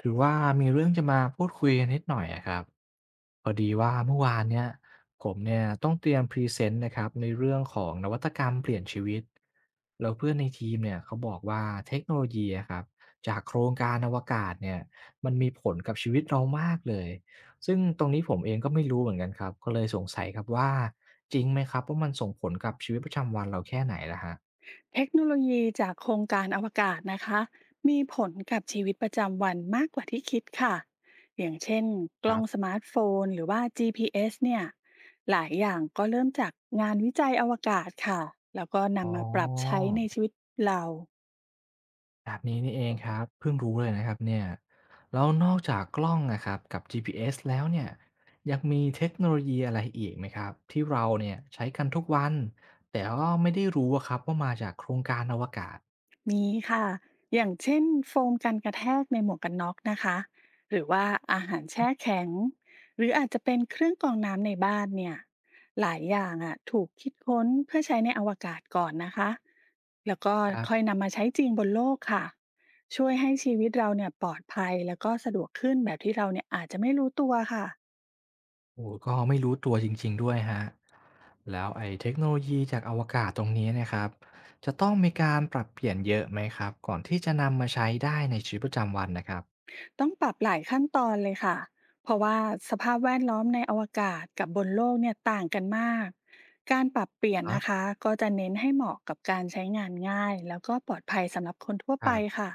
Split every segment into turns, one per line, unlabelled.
คือว่ามีเรื่องจะมาพูดคุยกันนิดหน่อยอะครับพอดีว่าเมื่อวานเนี่ยผมเนี่ยต้องเตรียมพรีเซนต์นะครับในเรื่องของนวัตกรรมเปลี่ยนชีวิตแล้วเพื่อนในทีมเนี่ยเขาบอกว่าเทคโนโลยีอะครับจากโครงการอวกาศเนี่ยมันมีผลกับชีวิตเรามากเลยซึ่งตรงนี้ผมเองก็ไม่รู้เหมือนกันครับก็เลยสงสัยครับว่าจริงไหมครับว่ามันส่งผลกับชีวิตประจำวันเราแค่ไหนล่ะฮะ
เทคโนโลยีจากโครงการอวกาศนะคะมีผลกับชีวิตประจำวันมากกว่าที่คิดค่ะอย่างเช่นก
ค
ล้
รั
องส
บ
มาร์ทโฟนหรือว่า GPS เอสเนี่ยหลายอย่างก็เริ่มจากงานวิจัยอวกาศค่ะแล้วก็
อ๋อ
นำมาปรับใช้ในชีวิตเรา
แบบนี้นี่เองครับเพิ่งรู้เลยนะครับเนี่ยแล้วนอกจากกล้องนะครับกับ GPS แล้วเนี่ยยังมีเทคโนโลยีอะไรอีกไหมครับที่เราเนี่ยใช้กันทุกวันแต่ก็ไม่ได้รู้อะครับว่ามาจากโครงการอวกาศ
มีค่ะ อย่างเช่นโฟมกันกระแทกในหมวกกันน็อกนะคะ หรือว่าอาหารแช่แข็ง หรืออาจจะเป็นเครื่องกรองน้ำในบ้านเนี่ย หลายอย่างอ่ะถูกคิดค้นเพื่อใช้ในอวกาศก่อนนะคะ แล้วก็
ครั
ค่อย
บ
นำมาใช้จริงบนโลกค่ะ ช่วยให้ชีวิตเราเนี่ยปลอดภัยแล้วก็สะดวกขึ้นแบบที่เราเนี่ยอาจจะไม่รู้ตัวค่ะ
โอ้ก็ไม่รู้ตัวจริงๆด้วยฮะแล้วไอ้เทคโนโลยีจากอวกาศตรงนี้เนะครับจะต้องมีการปรับเปลี่ยนเยอะไหมครับก่อนที่จะนำมาใช้ได้ในชีวิตประจำวันนะครับ
ต้องปรับหลายขั้นตอนเลยค่ะ เพราะว่าสภาพแวดล้อมในอวกาศกับบนโลกเนี่ยต่างกันมาก การปรับเปลี่ยน
อะ
นะคะก็จะเน้นให้เหมาะกับการใช้งานง่ายแล้วก็ปลอดภัยสำหรับคนทั่ว
ค
ไป
รับ
ค่ะ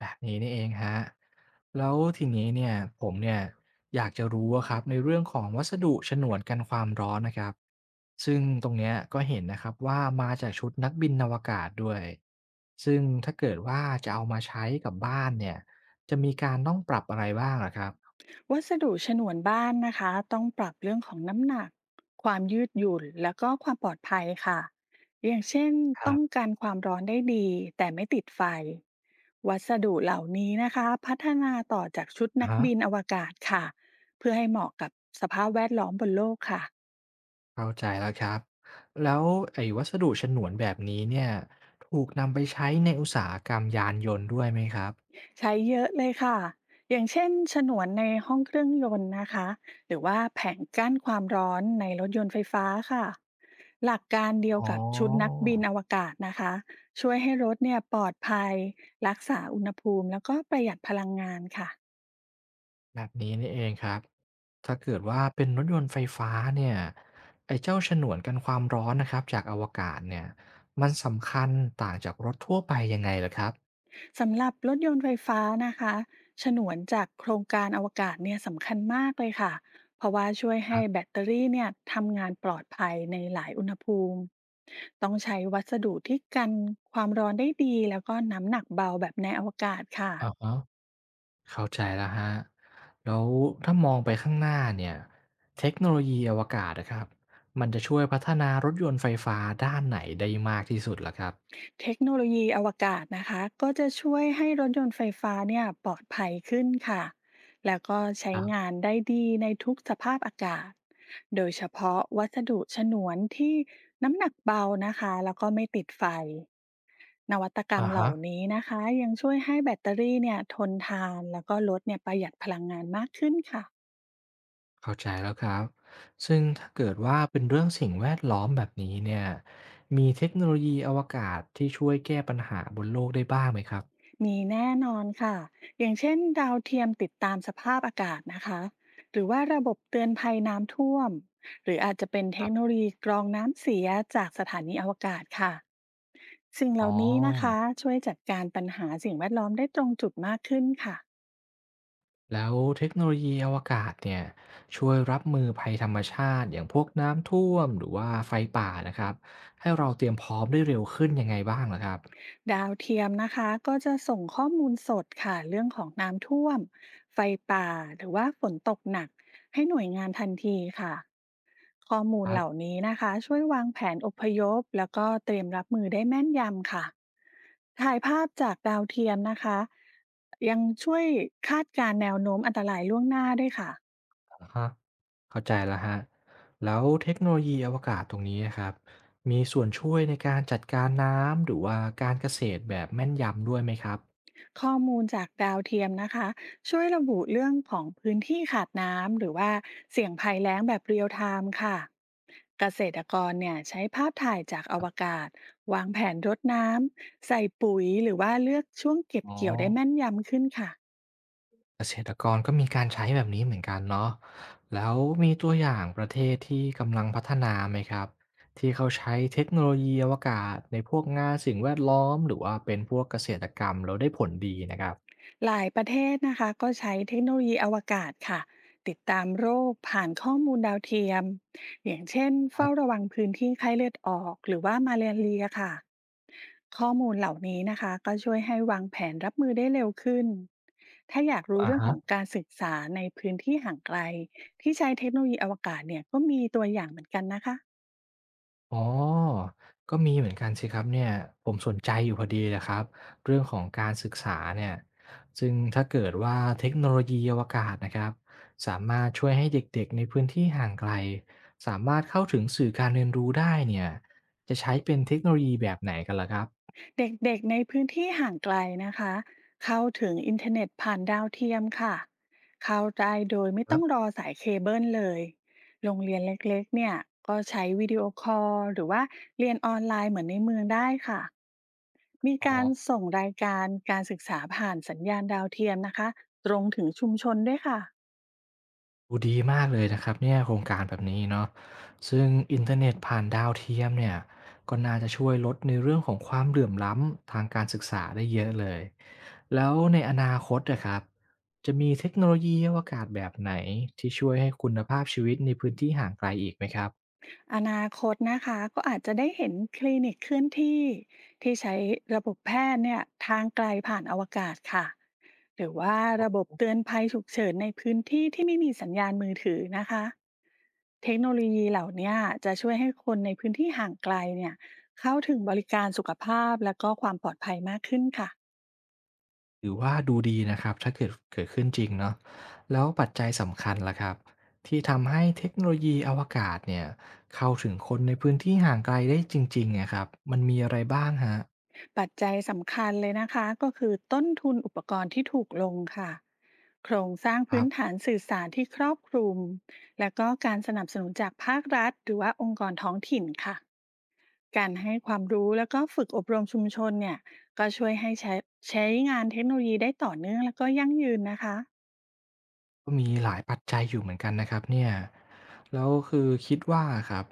แบบนี้นี่เองฮะแล้วทีนี้เนี่ยผมเนี่ยอยากจะรู้อะครับในเรื่องของวัสดุฉนวนกันความร้อนนะครับซึ่งตรงเนี้ยก็เห็นนะครับว่ามาจากชุดนักบินอวกาศด้วย ซึ่งถ้าเกิดว่าจะเอามาใช้กับบ้านเนี่ยจะมีการต้องปรับอะไรบ้างอะครับ
วัสดุฉนวนบ้านนะคะต้องปรับเรื่องของน้ำหนักความยืดหยุ่นแล้วก็ความปลอดภัยค่ะอย่างเช่น
ค
ต้
รั
อง
บ
การความร้อนได้ดีแต่ไม่ติดไฟวัสดุเหล่านี้นะคะพัฒนาต่อจากชุด
อะ
นัก
ฮะ
บินอวกาศค่ะเพื่อให้เหมาะกับสภาพแวดล้อมบนโลกค่ะ
เข้าใจแล้วครับแล้วไอ้วัสดุฉนวนแบบนี้เนี่ยถูกนำไปใช้ในอุตสาหกรรมยานยนต์ด้วยไหมครับ
ใช้เยอะเลยค่ะอย่างเช่นฉนวนในห้องเครื่องยนต์นะคะหรือว่าแผงกั้นความร้อนในรถยนต์ไฟฟ้าค่ะหลักการเดียว
อ๋อ
กับชุดนักบินอวกาศนะคะช่วยให้รถเนี่ยปลอดภัยรักษาอุณหภูมิแล้วก็ประหยัดพลังงานค่ะ
แบบนี้นี่เองครับถ้าเกิดว่าเป็นรถยนต์ไฟฟ้าเนี่ยไอ้เจ้าฉนวนกันความร้อนนะครับจากอวกาศเนี่ยมันสำคัญต่างจากรถทั่วไปยังไงลหรครับ
สำหรับรถยนต์ไฟฟ้านะคะฉนวนจากโครงการอวกาศเนี่ยสำคัญมากเลยค่ะเพราะว่าช่วย
ค
ให้
รั
แบ
บ
ตเตอรี่เนี่ยทำงานปลอดภัยในหลายอุณหภูมิ ต้องใช้วัสดุที่กันความร้อนได้ดีแล้วก็น้ำหนักเบาแบบในอวกาศค่ะ
อะฮะเข้าใจแล้วครับแล้วถ้ามองไปข้างหน้าเนี่ยเทคโนโลยีอวกาศนะครับมันจะช่วยพัฒนารถยนต์ไฟฟ้าด้านไหนได้มากที่สุดลหครับ
เทคโนโลยีอวกาศนะคะก็จะช่วยให้รถยนต์ไฟฟ้าเนี่ยปลอดภัยขึ้นค่ะแล้วก็
ค
ใช้
รั
งา
บ
นได้ดีในทุกสภาพอากาศ โดยเฉพาะวัสดุฉนวนที่น้ำหนักเบานะคะแล้วก็ไม่ติดไฟนวัตกรร
อะ
มเห
ฮะ
ล่านี้นะคะยังช่วยให้แบตเตอรี่เนี่ยทนทานแล้วก็รถเนี่ยประหยัดพลังงานมากขึ้นค่ะ
เข้าใจแล้วครับ ซึ่งถ้าเกิดว่าเป็นเรื่องสิ่งแวดล้อมแบบนี้เนี่ยมีเทคโนโลยีอวกาศที่ช่วยแก้ปัญหาบนโลกได้บ้างไหมครับ
มีแน่นอนค่ะอย่างเช่นดาวเทียมติดตามสภาพอากาศนะคะหรือว่าระบบเตือนภัยน้ำท่วมหรืออาจจะเป็นเท
ครั
คโนโล
บ
ยีกรองน้ำเสียจากสถานีอวกาศค่ะสิ่งเห
อ๋
ล่านี้นะคะ
อ
ช่วยจัดการปัญหาสิ่งแวดล้อมได้ตรงจุดมากขึ้นค่ะ
แล้วเทคโนโลยีอวกาศเนี่ยช่วยรับมือภัยธรรมชาติอย่างพวกน้ำท่วมหรือว่าไฟป่านะครับให้เราเตรียมพร้อมได้เร็วขึ้นยังไงบ้างหรอครั
ดาวเทียมนะคะก็จะส่งข้อมูลสดค่ะเรื่องของน้ำท่วม ไฟป่าหรือว่าฝนตกหนักให้หน่วยงานทันทีค่ะ ข้อมูล
บ
เหล่านี้นะคะช่วยวางแผนอพยพแล้วก็เตรียมรับมือได้แม่นยำค่ะถ่ายภาพจากดาวเทียมนะคะยังช่วยคาดการณ์แนวโน้มอันตรายล่วงหน้าด้วยค่ะ
อะฮะเข้าใจแล้วฮะบแล้วเทคโนโลยีอวกาศตรงนี้นะครับมีส่วนช่วยในการจัดการน้ำหรือว่าการเกษตรแบบแม่นยำด้วยไหมครับ
ข้อมูลจากดาวเทียมนะคะช่วยระบุเรื่องของพื้นที่ขาดน้ำหรือว่าเสี่ยงภัยแล้งแบบเรียลไทม์ค่ะเกษตรกรเนี่ยใช้ภาพถ่ายจากอวกาศวางแผนรดน้ำใส่ปุ๋ยหรือว่าเลือกช่วงเก็บ
อ๋อ
เกี่ยวได้แม่นยำขึ้นค่ะ
เกษตรกรก็มีการใช้แบบนี้เหมือนกันเนาะแล้วมีตัวอย่างประเทศที่กำลังพัฒนาไหมครับที่เขาใช้เทคโนโลยีอวกาศในพวกงานสิ่งแวดล้อมหรือว่าเป็นพวกเกษตรกรรมแล้วได้ผลดีนะครับ
หลายประเทศนะคะก็ใช้เทคโนโลยีอวกาศค่ะติดตามโรคผ่านข้อมูลดาวเทียมอย่างเช่น
ครั
เฝ้า
บ
ระวังพื้นที่ไข้เลือดออกหรือว่ามาลาเรียค่ะข้อมูลเหล่านี้นะคะก็ช่วยให้วางแผนรับมือได้เร็วขึ้นถ้าอยากรู้
อะ
เรื่องข
ฮะ
องการศึกษาในพื้นที่ห่างไกลที่ใช้เทคโนโลยีอวกาศเนี่ยก็มีตัวอย่างเหมือนกันนะคะ
อ๋อ ก็มีเหมือนกันสิครับเนี่ยผมสนใจอยู่พอดีเลยครับเรื่องของการศึกษาเนี่ยซึ่งถ้าเกิดว่าเทคโนโลยีอวกาศนะครับสามารถช่วยให้เด็กๆในพื้นที่ห่างไกลสามารถเข้าถึงสื่อการเรียนรู้ได้เนี่ยจะใช้เป็นเทคโนโลยีแบบไหนกันล่ะครับ
เด็กๆ ในพื้นที่ห่างไกลนะคะเข้าถึงอินเทอร์เน็ตผ่านดาวเทียมค่ะเข้าใจโดยไม่
ค
ต้
รั
องร
บ
อสายเคเบิลเลยโรงเรียนเล็กๆเนี่ยก็ใช้วิดีโอคอลหรือว่าเรียนออนไลน์เหมือนในเมืองได้ค่ะมี
อ๋อ
การส่งรายการการศึกษาผ่านสัญญาณดาวเทียมนะคะตรงถึงชุมชนด้วยค่ะ
โอ้ดีมากเลยนะครับเนี่ยโครงการแบบนี้เนาะซึ่งอินเทอร์เน็ตผ่านดาวเทียมเนี่ยก็น่าจะช่วยลดในเรื่องของความเหลื่อมล้ำทางการศึกษาได้เยอะเลยแล้วในอนาคตนะครับจะมีเทคโนโลยีอวกาศแบบไหนที่ช่วยให้คุณภาพชีวิตในพื้นที่ห่างไกลอีกไหมครับ
อนาคตนะคะก็อาจจะได้เห็นคลินิกเคลื่อนที่ที่ใช้ระบบแพทย์เนี่ยทางไกลผ่านอวกาศค่ะหรือว่าระบบเตือนภัยฉุกเฉินในพื้นที่ที่ไม่มีสัญญาณมือถือนะคะเทคโนโลยีเหล่าเนี้ยจะช่วยให้คนในพื้นที่ห่างไกลเนี่ยเข้าถึงบริการสุขภาพและก็ความปลอดภัยมากขึ้นค่ะ
ถือว่าดูดีนะครับถ้าเกิดขึ้นจริงเนาะแล้วปัจจัยสำคัญล่ะครับที่ทำให้เทคโนโลยีอวกาศเนี่ยเข้าถึงคนในพื้นที่ห่างไกลได้จริงๆเนี่ยครับมันมีอะไรบ้างฮะ
ปัจจัยสำคัญเลยนะคะก็คือต้นทุนอุปกรณ์ที่ถูกลงค่ะโครงสร้าง
ครั
พื้นฐา
บ
นสื่อสารที่ครอบคลุมและก็การสนับสนุนจากภาครัฐหรือว่าองค์กรท้องถิ่นค่ะการให้ความรู้แล้วก็ฝึกอบรมชุมชนเนี่ยก็ช่วยให้ใช้งานเทคโนโลยีได้ต่อเนื่องแล้วก็ยั่งยืนนะคะ
ก็มีหลายปัจจัยอยู่เหมือนกันนะครับเนี่ยแล้วคือคิดว่าครับ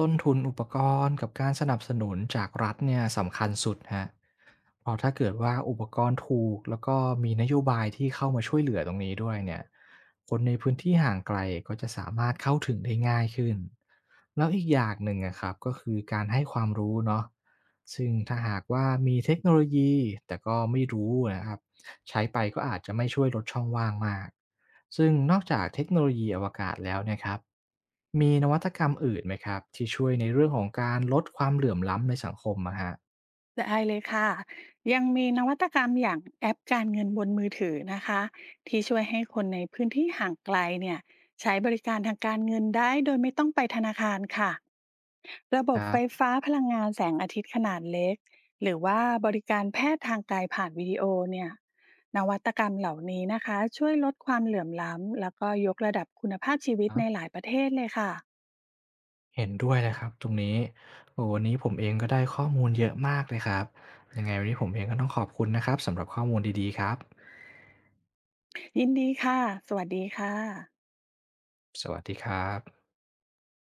ต้นทุนอุปกรณ์กับการสนับสนุนจากรัฐเนี่ยสำคัญสุดฮะเพราะถ้าเกิดว่าอุปกรณ์ถูกแล้วก็มีนโยบายที่เข้ามาช่วยเหลือตรงนี้ด้วยเนี่ยคนในพื้นที่ห่างไกลก็จะสามารถเข้าถึงได้ง่ายขึ้นแล้วอีกอย่างหนึ่งนะครับก็คือการให้ความรู้เนาะซึ่งถ้าหากว่ามีเทคโนโลยีแต่ก็ไม่รู้นะครับ ใช้ไปก็อาจจะไม่ช่วยลดช่องว่างมาก ซึ่งนอกจากเทคโนโลยีอวกาศแล้วเนะครับมีนวัตกรรมอื่นไหมครับที่ช่วยในเรื่องของการลดความเหลื่อมล้ำในสังคมอะฮะ
ได้เลยค่ะยังมีนวัตกรรมอย่างแอปการเงินบนมือถือนะคะที่ช่วยให้คนในพื้นที่ห่างไกลเนี่ยใช้บริการทางการเงินได้โดยไม่ต้องไปธนาคารค่ะระบ
ค
บ
รั
ไฟ
บ
ฟ้าพลังงานแสงอาทิตย์ขนาดเล็กหรือว่าบริการแพทย์ทางไกลผ่านวิดีโอเนี่ยนวัตกรรมเหล่านี้นะคะช่วยลดความเหลื่อมล้ำแล้วก็ยกระดับคุณภาพชีวิ
ค
ต
รั
ในห
บ
ลายประเทศเลยค่ะ
เห็นด้วยนะครับตรงนี้โอ้วันนี้ผมเองก็ได้ข้อมูลเยอะมากเลยครับยังไงวันนี้ผมเองก็ต้องขอบคุณนะครับสำหรับข้อมูลดีๆครับ
ยินดีค่ะสวัสดีค่ะ
สวัสดีครับ